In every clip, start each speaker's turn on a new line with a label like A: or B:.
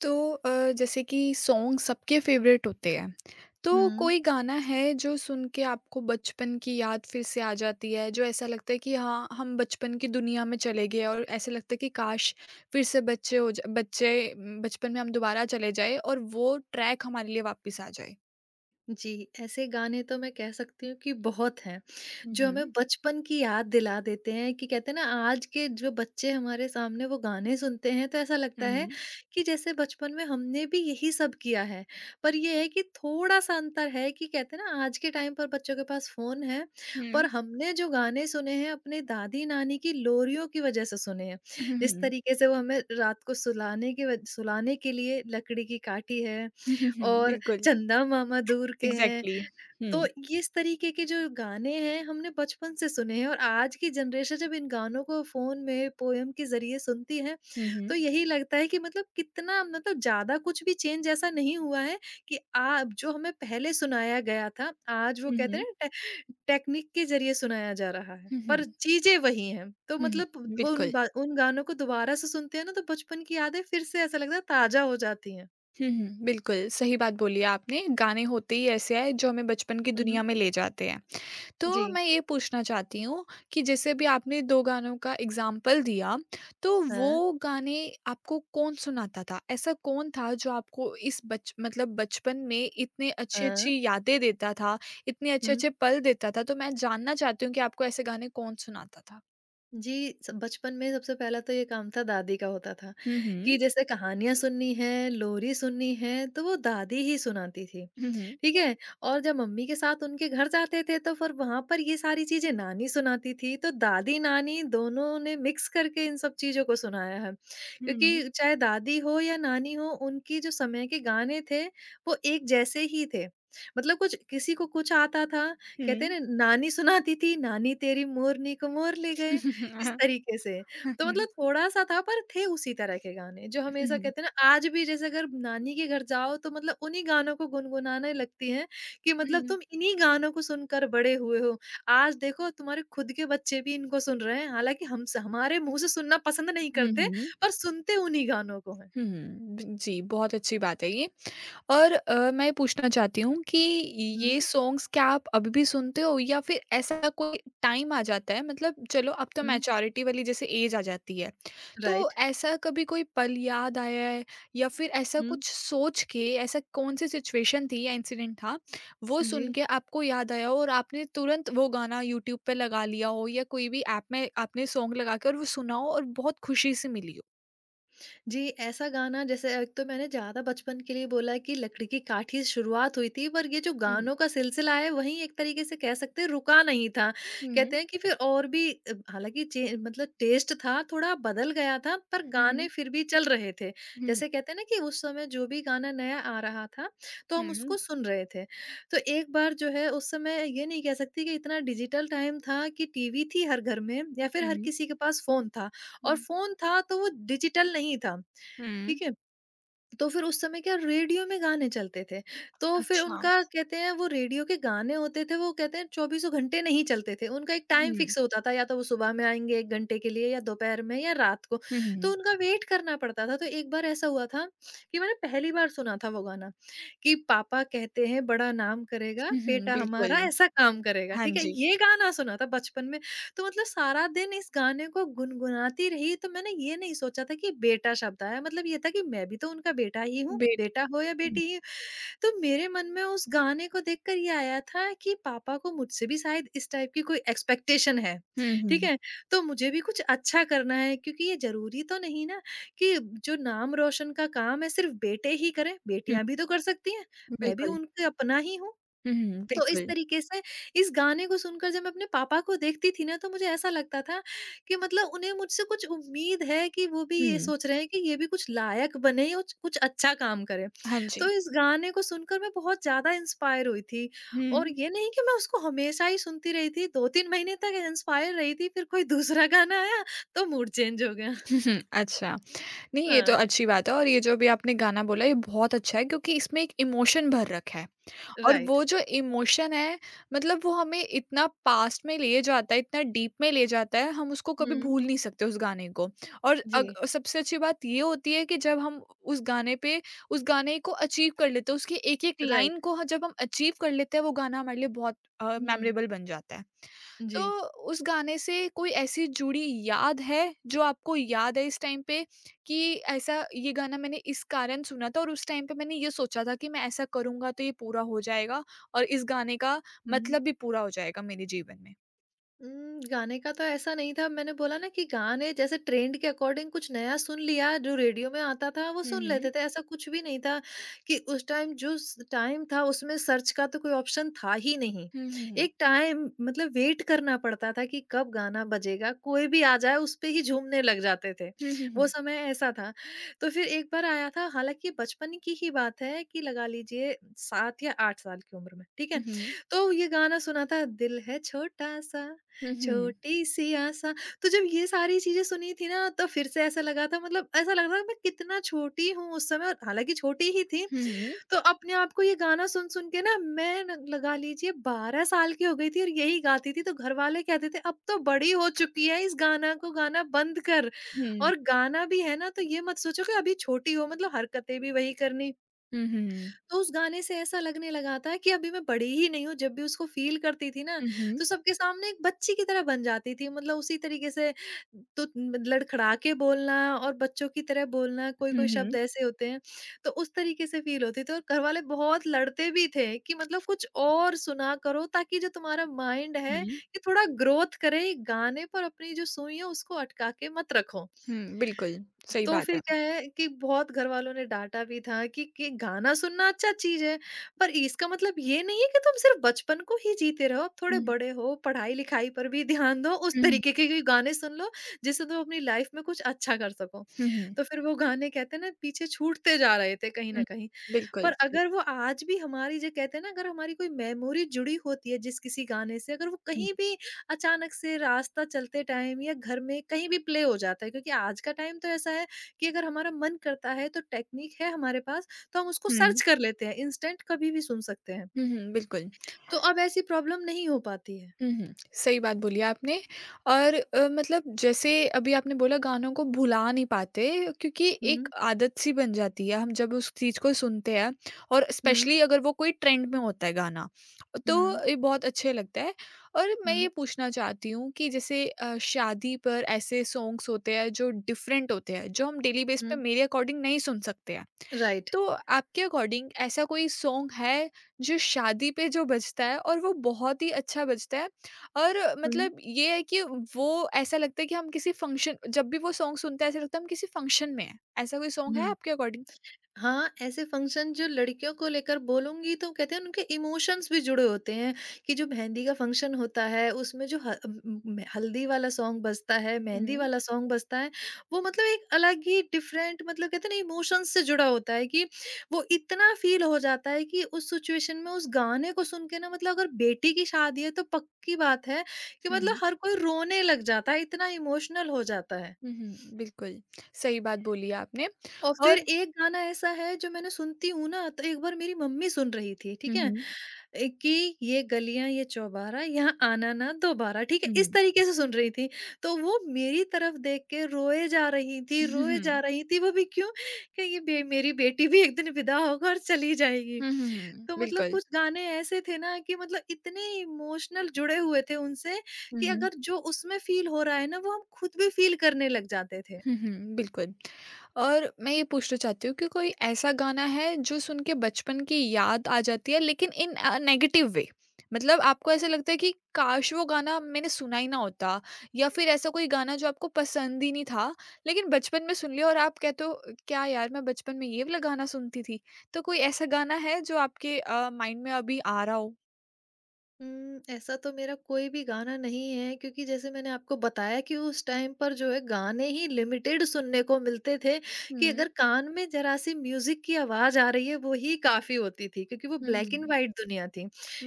A: जैसे कि सॉन्ग सबके फेवरेट होते हैं। तो
B: हुँ।
A: कोई गाना है जो सुन के आपको बचपन की याद फिर से आ जाती है, जो ऐसा लगता है कि हाँ, हम बचपन की दुनिया में चले गए और ऐसा लगता है कि काश फिर से बच्चे हो जा बच्चे उम, बचपन में हम दोबारा चले जाएँ और वो ट्रैक हमारे लिए वापस आ जाए?
B: जी, ऐसे गाने तो मैं कह सकती हूँ कि बहुत हैं,
A: हुँ,
B: जो
A: हुँ।
B: हमें बचपन की याद दिला देते हैं। कि कहते हैं ना, आज के जो बच्चे हमारे सामने वो गाने सुनते हैं, तो ऐसा
A: हुँ,
B: लगता है
A: हुँ।
B: कि जैसे बचपन में हमने भी यही सब किया है। पर ये है कि थोड़ा-सा अंतर है, कि कहते हैं ना, आज के टाइम पर बच्चों के पास फ़ोन है, पर
A: हुँ,
B: हमने जो गाने सुने हैं अपने दादी-नानी की लोरियों की वज़ह से सुने हैं।
A: हुँ,
B: जिस
A: हुँ।
B: तरीके से वो हमें रात को सुलाने के लिए लकड़ी की काठी है
A: हुँ, हुँ, हुँ।
B: और
A: बिल्कुल,
B: चंदा मामा दूर के हैं।
A: एग्ज़ैक्टली। हुँ।
B: तो ये इस तरीके के जो गाने हैं हमने बचपन से सुने हैं, और आज की जनरेशन जब इन गानों को फ़ोन में पोएम के ज़रिए सुनती है,
A: हुँ, हुँ।
B: तो यही लगता है कि मतलब कितना मतलब ज़्यादा कुछ भी चेंज ऐसा नहीं हुआ है। कि आप जो हमें पहले सुनाया गया था, आज वो
A: हुँ,
B: कहते हैं
A: हुँ।
B: ना टे टेक्निक के ज़रिए सुनाया जा रहा है,
A: हुँ,
B: पर
A: हुँ।
B: चीज़ें वही हैं। तो
A: हुँ, हुँ।
B: मतलब वो उन
A: बिल्कुल।
B: बा उन गानों को दोबारा से सुनते हैं ना, तो बचपन की यादें फिर से ऐसा लगता है ताज़ा हो जाती हैं।
A: हुँ, हुँ। बिल्कुल, सही बात बोली है आपने, गाने होते ही ऐसे हैं जो हमें बचपन की
B: हुँ,
A: दुनिया
B: हुँ।
A: में ले जाते हैं।
B: जी।
A: तो मैं ये पूछना चाहती हूँ कि जैसे अभी आपने 2 गानों का एग्ज़ाम्पल दिया, तो
B: हाँ।
A: वो गाने आपको कौन सुनाता था? ऐसा कौन था जो आपको इस बच मतलब बचपन में इतने
B: 嗯
A: अच्छी-अच्छी यादें देता था, इतने
B: 嗯
A: अच्छे-अच्छे पल देता था? तो मैं जानना चाहती हूँ कि आपको ऐसे गाने कौन सुनाता था?
B: जी, स बचपन में सबसे पहला तो ये काम था दादी का होता था,
A: हुँ,
B: कि
A: हुँ।
B: जैसे कहानियाँ सुननी है, लोरी सुननी है, तो वो दादी ही सुनाती थी,
A: हुँ, हुँ।
B: ठीक है? और जब मम्मी के साथ उनके घर जाते थे तो फिर वहाँ पर ये सारी चीज़ें नानी सुनाती थी, तो दादी-नानी दोनों ने मिक्स करके इन सब चीज़ों को सुनाया है।
A: हुँ, हुँ।
B: क्योंकि चाहे दादी हो या नानी हो, उनकी जो समय के गाने थे, वो एक जैसे ही थे। मतलब कुछ किसी को कुछ आता था, कहते हैं ना, नानी सुनाती थी, नानी तेरी मोरनी को मोर ले गए।
A: हुँ।
B: इस
A: हाँ।
B: तरीके से।
A: हुँ,
B: तो
A: हुँ।
B: मतलब थोड़ा-सा था, पर थे उसी तरह के गाने, जो हमेशा कहते हैं ना, आज भी जैसे अगर नानी के घर जाओ तो मतलब उन्हीं गानों को गुनगुनाने लगती हैं, कि
A: हुँ,
B: मतलब
A: हुँ।
B: तुम इन्हीं गानों को सुनकर बड़े हुए हो। आज देखो तुम्हारे खुद के बच्चे भी इनको सुन रहे हैं, हालाँकि हम स हमारे मुँह से सुनना पसंद नहीं
A: हुँ,
B: करते,
A: हुँ।
B: पर सुनते उन्हीं गानों को हैं।
A: हुँ, ब जी, बहुत अच्छी बात है ये। और मैं ये पूछना चाहती हूँ कि ये
B: हुँ,
A: सॉन्ग्स क्या आप अभी भी सुनते हो या फिर ऐसा कोई टाइम आ जाता है मतलब चलो अब तो
B: हुँ,
A: मैच्योरिटी वाली जैसे ऐज आ जाती है। तो
B: राइट।
A: ऐसा कभी कोई पल याद आया है या फिर ऐसा
B: हुँ,
A: कुछ सोच के ऐसा कौन-सी सिचुएशन थी या इंसिडेंट था, वो
B: जी।
A: सुन के आपको याद आया हो और आपने तुरंत वो गाना यूट्यूब पे लगा लिया हो या कोई भी ऐप में आपने सॉन्ग लगा के और वो सुना हो और बहुत खुशी से मिली हो?
B: जी, ऐसा गाना जैसे एक तो मैंने ज़्यादा बचपन के लिए बोला कि लकड़ी की काठी से शुरुआत हुई थी, पर ये जो
A: हुँ।
B: गानों का सिलसिला है, वहीं एक तरीके से कह सकते हैं रुका नहीं था।
A: हुँ,
B: कहते
A: हुँ।
B: हैं कि फिर और भी हालाँकि चे मतलब टेस्ट था, थोड़ा बदल गया था, पर
A: हुँ, हुँ।
B: गाने फिर भी चल रहे थे।
A: हुँ,
B: जैसे कहते हैं ना, कि उस समय जो भी गाना नया आ रहा था, तो हम
A: हुँ,
B: उसको सुन रहे थे। तो एक बार जो है, उस समय ये नहीं कह सकती कि इतना डिजिटल टाइम था, कि टीवी थी हर घर में या फिर हर
A: हुँ,
B: किसी के पास फ़ोन था। और
A: हुँ,
B: फ़ोन था तो वो डिजिटल नहीं था,
A: हुँ।
B: ठीक है? तो फिर उस समय क्या, रेडियो में गाने चलते थे, तो फिर
A: अच्छा।
B: उनका कहते हैं, वो रेडियो के गाने होते थे, वो कहते हैं चौबीसों घंटे नहीं चलते थे, उनका एक टाइम
A: हुँ,
B: फ़िक्स होता था, या तो वो सुबह में आएँगे 1 घंटे के लिए, या दोपहर में, या रात को,
A: हुँ,
B: तो
A: हुँ,
B: उनका वेट करना पड़ता था। तो एक बार ऐसा हुआ था कि मैंने पहली बार सुना था वो गाना, कि पापा कहते हैं बड़ा नाम करेगा,
A: हुँ, हुँ,
B: बेटा
A: बिल्कुल।
B: हमारा ऐसा काम करेगा,
A: हाँ
B: ठीक है?
A: जी,
B: ये गाना सुना था बचपन में, तो मतलब सारा दिन इस गाने को गुनगुनाती रही। तो मैंने ये नहीं सोचा था कि बेटा शब्द आया मतलब, ये था कि मैं भी तो उनका बेटा ही हूँ,
A: बेट
B: बेटा हो या
A: हुँ,
B: बेटी ही। तो मेरे मन में उस गाने को देखकर ये आया था कि पापा को मुझसे भी शायद इस टाइप की कोई एक्सपेक्टेशन है,
A: हुँ,
B: ठीक
A: हुँ,
B: है? तो मुझे भी कुछ अच्छा करना है, क्योंकि ये ज़रूरी तो नहीं ना, कि जो नाम रोशन का काम है सिर्फ़ बेटे ही करें,
A: हुँ,
B: बेटियाँ भी तो कर सकती हैं, मैं भी
A: बिल्कुल।
B: उनकी अपना ही हूँ।
A: हुँ, हुँ,
B: तो इस
A: बिल्कुल।
B: तरीके से इस गाने को सुनकर जब मैं अपने पापा को देखती थी ना, तो मुझे ऐसा लगता था कि मतलब उन्हें मुझसे कुछ उम्मीद है, कि वो भी ये
A: हुँ,
B: सोच रहे हैं कि ये भी कुछ लायक बने और कुछ अच्छा काम करे।
A: हाँ जी।
B: तो इस गाने को सुनकर मैं बहुत ज्यादा इंस्पायर हुई थी। और
A: हुँ,
B: ये नहीं कि मैं उसको हमेशा ही सुनती रही थी, 2-3 महीने तक इंस्पायर रही थी, फिर कोई दूसरा गाना आया तो मूड चेंज हो गया।
A: अच्छा। नहीं, ये तो
B: हाँ।
A: अच्छी बात है और ये जो अभी आपने गाना बोला, ये बहुत अच्छा है क्योंकि इसमें एक इमोशन भर रखा है। और
B: राइट।
A: वो जो इमोशन है मतलब वो हमें इतना पास्ट में ले जाता है, इतना डीप में ले जाता है, हम उसको कभी
B: हम्म।
A: भूल नहीं सकते उस गाने को। और
B: जी।
A: अग सबसे अच्छी बात ये होती है कि जब हम उस गाने पे उस गाने को अचीव कर लेते हैं, उसकी एक-एक
B: राइट।
A: लाइन को ह जब हम अचीव कर लेते हैं, वो गाना हमारे लिए बहुत
B: हम्म।
A: मेमोरेबल बन जाता है। तो
B: जी।
A: उस गाने से कोई ऐसी जुड़ी याद है, जो आपको याद है इस टाइम पे? कि ऐसा ये गाना मैंने इस कारण सुना था और उस टाइम पे मैंने ये सोचा था कि मैं ऐसा करूँगा तो ये पूरा हो जाएगा और इस गाने का
B: हम्म।
A: मतलब भी पूरा हो जाएगा मेरे जीवन में।
B: गाने का तो ऐसा नहीं था, मैंने बोला ना कि गाने जैसे ट्रेंड के अकॉर्डिंग कुछ नया सुन लिया, जो रेडियो में आता था वो
A: हुँ,
B: सुन
A: हुँ।
B: लेते थे, ऐसा कुछ भी नहीं था। कि उस टाइम जो स टाइम था, उसमें सर्च का तो कोई ऑप्शन था ही नहीं।
A: हुँ, हुँ, हुँ।
B: एक टाइम मतलब वेट करना पड़ता था कि कब गाना बजेगा, कोई भी आ जाए उस पे ही झूमने लग जाते थे, वो समय ऐसा था। तो फिर एक बार आया था, हालाँकि बचपन की ही बात है, कि लगा लीजिए 7 या 8 साल की उम्र में, ठीक है?
A: हुँ, हुँ, हुँ।
B: तो ये गाना सुना था, दिल है छोटा-सा
A: हुँ, हुँ।
B: छोटी सी आसा। तो जब ये सारी चीज़ें सुनी थी ना, तो फिर से ऐसा लगा था, मतलब ऐसा लग रहा था मैं कितना छोटी हूँ उस समय, और हालाँकि छोटी ही थी।
A: हुँ, हुँ।
B: तो अपने आप को ये गाना सुन-सुन के ना मैं न लगा लीजिए 12 साल की हो गई थी और यही गाती थी। तो घरवाले कहते थे अब तो बड़ी हो चुकी है, इस गाना को गाना बंद कर।
A: हुँ, हुँ।
B: और गाना भी है ना, तो ये मत सोचो कि अभी छोटी हो मतलब हरकतें भी वही करनी।
A: हुँ, हुँ।
B: तो उस गाने से ऐसा लगने लगा था कि अभी मैं बड़ी ही नहीं हूँ, जब भी उसको फ़ील करती थी ना,
A: हुँ, हुँ।
B: तो सबके सामने एक बच्ची की तरह बन जाती थी। मतलब उसी तरीके से, तो लड़खड़ा के बोलना और बच्चों की तरह बोलना,
A: हुँ,
B: कोई-कोई शब्द
A: हुँ।
B: ऐसे होते हैं, तो उस तरीके से फ़ील होती थी। और घरवाले बहुत लड़ते भी थे, कि मतलब कुछ और सुना करो, ताकि जो तुम्हारा माइंड है,
A: हुँ।
B: ये थोड़ा ग्रोथ करे, गाने पर अपनी जो सुई है उसको अटका के मत रखो।
A: हुँ, बिल्कुल, सही
B: तो
A: बात
B: फिर
A: है।
B: क्या है, कि बहुत घरवालों ने डाँटा भी था कि गाना सुनना अच्छा चीज़ है, पर इसका मतलब ये नहीं है कि तुम सिर्फ़ बचपन को ही जीते रहो, अब थोड़े
A: हुँ,
B: बड़े हो, पढ़ाई-लिखाई पर भी ध्यान दो, उस
A: हुँ,
B: तरीके के भी गाने सुन लो, जिससे तुम अपनी लाइफ़ में कुछ अच्छा कर सको।
A: हुँ, हुँ।
B: तो फिर वो गाने कहते हैं ना, पीछे छूटते जा रहे थे कहीं न
A: हुँ,
B: कहीं।
A: बिल्कुल,
B: पर
A: सही
B: अगर वो
A: बात है।
B: आज भी हमारी जो कहते हैं ना, अगर हमारी कोई मेमोरी जुड़ी होती है जिस किसी गाने से, अगर वो
A: हुँ,
B: कहीं भी अचानक से रास्ता चलते टाइम या घर में कहीं भी प्ले हो जाता है, क्योंकि आज का टाइम तो ऐसा है कि अगर हमारा मन करता है तो टेक्निक है हमारे पास, तो हम उसको
A: हुँ।
B: सर्च कर लेते हैं, इंस्टेंट कभी भी सुन सकते हैं।
A: हुँ, हुँ, बिल्कुल।
B: तो अब ऐसी प्रॉब्लम नहीं हो पाती है।
A: हुँ, हुँ। सही बात बोली आपने और मतलब जैसे अभी आपने बोला गानों को भुला नहीं पाते क्योंकि एक
B: हुँ,
A: आदत-सी बन जाती है, हम जब उस चीज़ को सुनते हैं और
B: हुँ,
A: स्पेशली अगर वो कोई ट्रेंड में होता है गाना,
B: हुँ,
A: तो ये बहुत अच्छे लगता है। और मैं ये
B: हुँ,
A: पूछना चाहती हूँ कि जैसे शादी पर ऐसे सॉन्ग्स होते हैं जो डिफरेंट होते हैं, जो हम डेली बेस पे
B: हुँ,
A: मेरे अकॉर्डिंग नहीं सुन सकते हैं।
B: राइट।
A: तो आपके अकॉर्डिंग ऐसा कोई सॉन्ग है, जो शादी पे जो बजता है और वो बहुत ही अच्छा बजता है और
B: हुँ,
A: मतलब ये है कि वो ऐसा लगता है कि हम किसी फ़ंक्शन जब भी वो सॉन्ग सुनते हैं ऐसा लगता है हम किसी फ़ंक्शन में हैं। ऐसा कोई सॉन्ग है
B: हुँ।
A: आपके अकॉर्डिंग?
B: हाँ, ऐसे फंक्शन जो लड़कियों को लेकर बोलूँगी तो कहते हैं उनके इमोशंस भी जुड़े होते हैं, कि जो मेहंदी का फंक्शन होता है, उसमें जो हल्दी वाला सॉन्ग बजता है, मेहंदी
A: हुँ,
B: वाला सॉन्ग बजता है, वो मतलब एक अलग ही डिफरेंट, मतलब कहते हैं ना, इमोशंस से जुड़ा होता है कि वो इतना फ़ील हो जाता है कि उस सिचुएशन में उस गाने को सुन के ना, मतलब अगर बेटी की शादी है तो पक्की बात है कि
A: हुँ,
B: मतलब
A: हुँ,
B: हर कोई रोने लग जाता है, इतना इमोशनल हो जाता है।
A: हुँ, हुँ, बिल्कुल, सही बात बोली आपने
B: और फिर
A: और
B: एक गाना ऐसा है जो मैंने सुनती हूँ ना, तो एक बार मेरी मम्मी सुन रही थी,
A: हुँ,
B: ठीक है?
A: हुँ,
B: कि ये गलियाँ ये चौबारा यहाँ आना ना दोबारा, ठीक है?
A: हुँ,
B: इस
A: हुँ,
B: तरीके से सुन रही थी। तो वो मेरी तरफ देख के रोए जा रही थी,
A: हुँ,
B: रोए जा
A: हुँ,
B: रही थी, वो भी क्यों? कि ये बे मेरी बेटी भी एक दिन विदा होकर और चली जाएगी।
A: हुँ, हुँ,
B: तो मतलब
A: बिल्कुल,
B: कुछ गाने ऐसे थे ना कि मतलब इतने इमोशनल जुड़े हुए थे उनसे
A: हुँ,
B: कि
A: हुँ।
B: अगर जो उसमें फ़ील हो रहा है ना, वो हम खुद भी फ़ील करने लग जाते थे।
A: हुँ, हुँ, बिल्कुल। और मैं ये पूछना चाहती हूँ कि कोई ऐसा गाना है जो सुन के बचपन की याद आ जाती है लेकिन इन नेगेटिव वे? मतलब आपको ऐसा लगता है कि काश वो गाना मैंने सुना ही ना होता या फिर ऐसा कोई गाना जो आपको पसंद ही नहीं था, लेकिन बचपन में सुन लिया और आप कहते हो क्या यार मैं बचपन में ये वाला गाना सुनती थी? तो कोई ऐसा गाना है जो आपके माइंड में अभी आ रहा हो?
B: हुँ, ऐसा तो मेरा कोई भी गाना नहीं है, क्योंकि जैसे मैंने आपको बताया कि उस टाइम पर जो है गाने ही लिमिटेड सुनने को मिलते थे, कि
A: हुँ।
B: अगर कान में ज़रा-सी म्यूज़िक की आवाज़ आ रही है वो ही काफ़ी होती थी, क्योंकि वो
A: हुँ, हुँ,
B: ब्लैक एंड
A: हुँ।
B: व्हाइट दुनिया थी।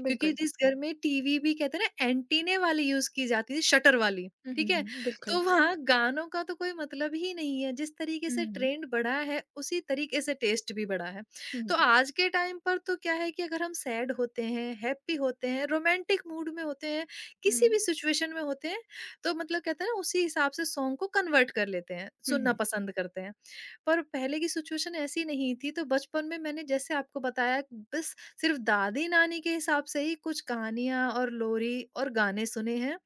B: क्योंकि
A: बिल्कुल।
B: जिस घर में टीवी भी कहते हैं ना, एंटीने वाली यूज़ की जाती थी, शटर वाली,
A: हुँ, हुँ,
B: ठीक है?
A: हुँ। बिल्कुल।
B: तो वहाँ गानों का तो कोई मतलब ही नहीं है। जिस तरीके
A: हुँ,
B: से
A: हुँ।
B: ट्रेंड बढ़ा है उसी तरीके से टेस्ट भी बढ़ा है।
A: हुँ, हुँ।
B: तो आज के टाइम पर तो क्या है कि अगर हम सैड होते हैं, हैप्पी होते हैं, रोमांटिक मूड में होते हैं, किसी भी सिचुएशन में होते हैं, तो मतलब कहते हैं ना उसी हिसाब से सॉन्ग को कन्वर्ट कर लेते हैं,
A: हुँ,
B: सुनना
A: हुँ।
B: पसंद करते हैं। पर पहले की सिचुएशन ऐसी नहीं थी, तो बचपन में मैंने जैसे आपको बताया कि बस सिर्फ दादी-नानी के हिसाब से ही कुछ कहानियाँ और लोरी और गाने सुने हैं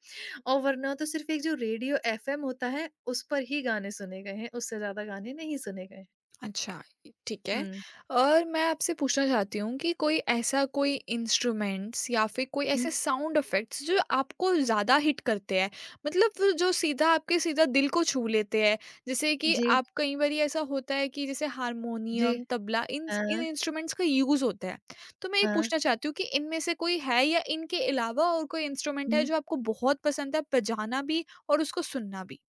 B: और वरना तो सिर्फ एक जो रेडियो एफएम होता है, उस पर ही गाने सुने गए हैं, उससे ज़्यादा गाने नहीं सुने गए।
A: अच्छा, इ ठीक है।
B: हुँ,
A: और मैं आपसे पूछना चाहती हूँ कि कोई ऐसा कोई इंस्ट्रूमेंट्स या फिर कोई
B: हुँ।
A: ऐसे साउंड इफेक्ट्स जो आपको ज़्यादा हिट करते हैं? मतलब वो जो सीधा आपके सीधा दिल को छू लेते हैं। जैसे कि
B: जी,
A: आप कई बारी ऐसा होता है कि जैसे
B: जी।
A: हारमोनियम, तबला इन
B: हाँ।
A: इंस्ट्रूमेंट्स का यूज़ होता है। तो मैं ये
B: हाँ।
A: पूछना चाहती हूँ कि इनमें से कोई है या इनके अलावा और कोई इंस्ट्रूमेंट है
B: हुँ।
A: जो आपको बहुत पसंद है बजाना भी और उसको सुनना भी?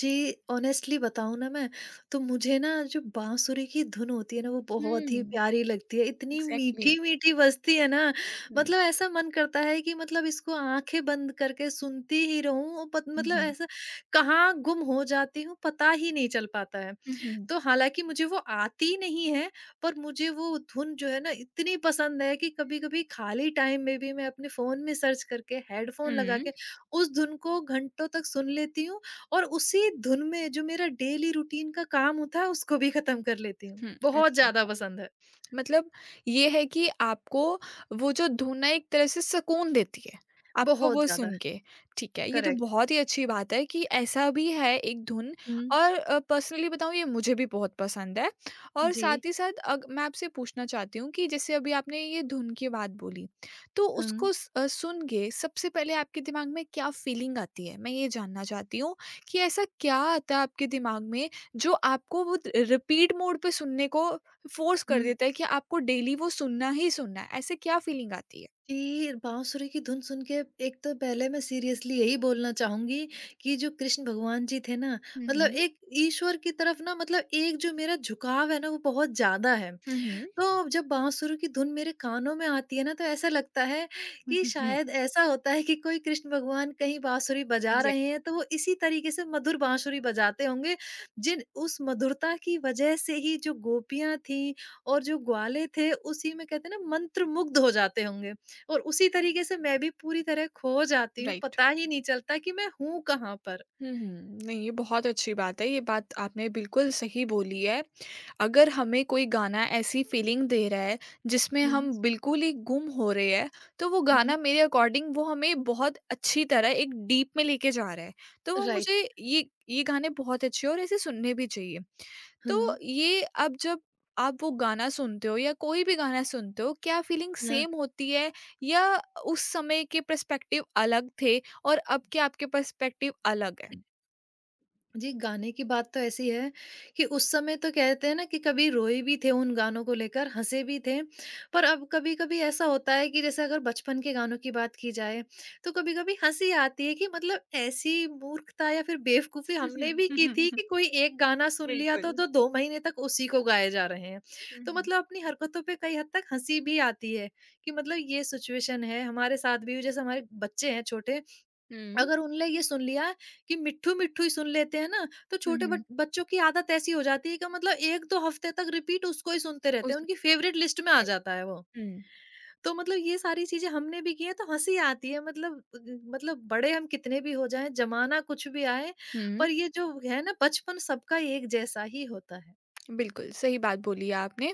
B: जी, ऑनेस्टली बताऊँ ना मैं, तो मुझे ना जो बाँसुरी की धुन होती है ना, वो बहुत ही
A: हुँ,
B: प्यारी लगती है। इतनी
A: एग्ज़ैक्टली।
B: मीठी-मीठी बजती है ना,
A: हुँ,
B: मतलब ऐसा मन करता है कि मतलब इसको आँखें बंद करके सुनती ही रहूँ। पत
A: हुँ,
B: मतलब
A: हुँ।
B: ऐसा कहाँ गुम हो जाती हूँ, पता ही नहीं चल पाता है।
A: हुँ, हुँ।
B: तो हालाँकि मुझे वो आती नहीं है, पर मुझे वो धुन जो है ना इतनी पसंद है कि कभी-कभी खाली टाइम में भी मैं अपने फ़ोन में सर्च करके हेडफ़ोन लगा
A: Hmm.
B: के उस धुन को घंटों तक सुन लेती हूँ और उसी धुन में जो मेरा डेली रूटीन का काम होता है उसको भी खत्म कर लेती हूँ।
A: Hmm. I
B: बहुत
A: see.
B: ज़्यादा पसंद है,
A: मतलब ये है कि आपको वो जो धुन है एक तरह से सुकून देती है, आपको
B: बहुत
A: वो
B: ज़्यादा।
A: सुन के। ठीक है, ये तो
B: करेक्ट।
A: बहुत ही अच्छी बात है कि ऐसा भी है एक धुन
B: हुँ।
A: और पर्सनली बताऊँ ये मुझे भी बहुत पसंद है और
B: जी।
A: साथ ही साथ अग मैं आपसे पूछना चाहती हूँ कि जैसे अभी आपने ये धुन की बात बोली, तो
B: हुँ,
A: उसको सुन के सबसे पहले आपके दिमाग में क्या फीलिंग आती है? मैं ये जानना चाहती हूँ कि ऐसा क्या आता है आपके दिमाग में जो आपको वो द रिपीट मोड पे सुनने को फोर्स कर
B: हुँ।
A: देता है कि आपको डेली वो सुनना ही सुनना है, ऐसे क्या फीलिंग आती है?
B: जी, बाँसुरी की धुन सुन के एक तो पहले मैं सीरियसली यही बोलना चाहूँगी कि जो कृष्ण भगवान जी थे ना,
A: हुँ,
B: मतलब
A: हुँ।
B: एक ईश्वर की तरफ ना मतलब एक जो मेरा झुकाव है ना, वो बहुत ज़्यादा है।
A: हुँ,
B: तो जब बांसुरी की धुन मेरे कानों में आती है ना तो ऐसा लगता है कि
A: हुँ।
B: शायद ऐसा होता है कि कोई कृष्ण भगवान कहीं बांसुरी बजा
A: एग्ज़ैक्ट
B: रहे हैं तो वो इसी तरीके से मधुर बांसुरी बजाते होंगे जिन उस मधुरता की वजह से ही जो गोपियां थीं और जो ग्वाले थे उसी में कहते हैं ना मंत्रमुग्ध हो जाते होंगे और उसी तरीके से मैं भी पूरी तरह खो जाती हूँ
A: राइट।
B: पता ही नहीं चलता कि मैं हूँ कहाँ पर।
A: हुँ, हुँ। नहीं, ये बहुत अच्छी बात है, ये बात आपने बिल्कुल सही बोली है। अगर हमें कोई गाना ऐसी फ़ीलिंग दे रहा है, जिसमें
B: हम्म।
A: हम बिल्कुल ही गुम हो रहे हैं, तो वो
B: हम्म।
A: गाना मेरे अकॉर्डिंग वो हमें बहुत अच्छी तरह एक डीप में लेके जा रहा है। तो वो मुझे
B: राइट।
A: ये गाने बहुत अच्छे हैं और ऐसे सुनने भी चाहिए। तो
B: हाँ।
A: ये अब जब आप वो गाना सुनते हो या कोई भी गाना सुनते हो, क्या फ़ीलिंग सेम होती है या उस समय के पर्सपेक्टिव अलग थे और अब के आपके पर्सपेक्टिव अलग है?
B: जी, गाने की बात तो ऐसी है कि उस समय तो कहते हैं ना कि कभी रोए भी थे उन गानों को लेकर, हँसे भी थे। पर अब कभी-कभी ऐसा होता है कि जैसे अगर बचपन के गानों की बात की जाए, तो कभी-कभी हँसी आती है कि मतलब ऐसी मूर्खता या फिर बेवकूफ़ी
A: हुँ, हुँ।
B: हमने भी
A: हुँ,
B: की
A: हुँ,
B: थी
A: हुँ।
B: कि कोई एक गाना सुन लिया
A: बिल्कुल।
B: तो 2 महीने तक उसी को गाए जा रहे हैं।
A: हुँ,
B: तो
A: हुँ।
B: मतलब अपनी हरकतों पे कई हद तक हँसी भी आती है कि मतलब ये सिचुएशन है, हमारे साथ भी हुई। जैसे हमारे बच्चे हैं छोटे,
A: हुँ,
B: अगर उनने ये सुन लिया कि मिट्ठू मिट्ठू ही सुन लेते हैं ना, तो
A: हुँ,
B: छोटे
A: हुँ।
B: बट बच्चों की आदत ऐसी हो जाती है कि मतलब एक दो हफ्ते तक रिपीट उसको ही सुनते रहते हैं,
A: उसी
B: उनकी फेवरेट लिस्ट में आ जाता है वो।
A: हुँ,
B: तो मतलब ये सारी चीजें हमने भी की हैं तो हंसी आती है मतलब मतलब बड़े हम कितने भी हो जाएं जमाना कुछ भी आए
A: हुँ।
B: पर ये जो है ना बचपन सबका एक जैसा ही होता है।
A: बिल्कुल, सही बात बोली आपने।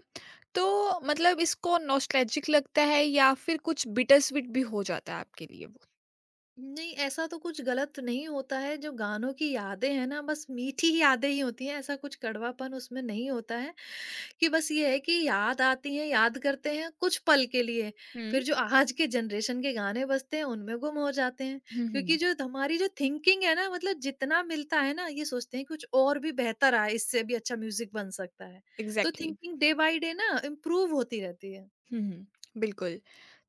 A: तो मतलब इसको नॉस्टैल्जिक लगता है या फिर कुछ बिटर स्वीट भी हो जाता है आपके लिए वो?
B: नहीं ऐसा तो कुछ गलत नहीं होता है, जो गानों की यादें हैं ना बस मीठी ही यादें ही होती हैं, ऐसा कुछ कड़वापन उसमें नहीं होता है कि बस ये है कि याद आती हैं, याद करते हैं कुछ पल के लिए,
A: हुँ।
B: फिर जो आज के जनरेशन के गाने बजते हैं उनमें गुम हो जाते हैं।
A: हुँ, हुँ,
B: क्योंकि
A: हुँ।
B: जो हमारी जो थिंकिंग है ना मतलब जितना मिलता है ना ये सोचते हैं कुछ और भी बेहतर आए, इससे भी अच्छा म्यूज़िक बन सकता है। तो
A: exactly.
B: Thinking day by day ना इम्प्रूव होती रहती है।
A: हुँ, हुँ। बिल्कुल।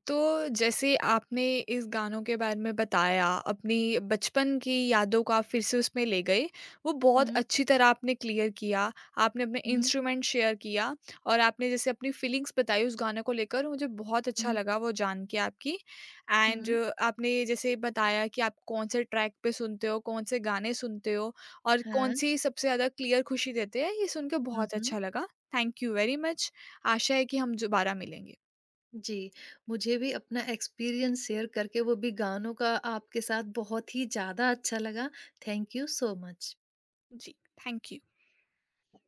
A: तो जैसे आपने इस गानों के बारे में बताया, अपनी बचपन की यादों को आप फिर से उसमें ले गए, वो बहुत
B: हुँ,
A: अच्छी तरह आपने क्लियर किया, आपने अपने
B: हुँ,
A: इंस्ट्रूमेंट शेयर किया और आपने जैसे अपनी फीलिंग्स बताई उस गाने को लेकर, मुझे बहुत अच्छा
B: हुँ,
A: लगा वो जान के आपकी। एंड
B: हुँ।
A: आपने जैसे बताया कि आप कौन से ट्रैक पे सुनते हो, कौन से गाने सुनते हो और
B: हाँ।
A: कौन-सी सबसे ज़्यादा क्लियर खुशी देते हैं, ये सुन के
B: हुँ,
A: बहुत
B: हुँ।
A: अच्छा लगा। Thank you very much. आशा है कि हम दोबारा मिलेंगे।
B: जी, मुझे भी अपना एक्सपीरियंस शेयर करके वो भी गानों का आपके साथ बहुत ही ज़्यादा अच्छा लगा। Thank you so much.
A: जी, थैंक यू।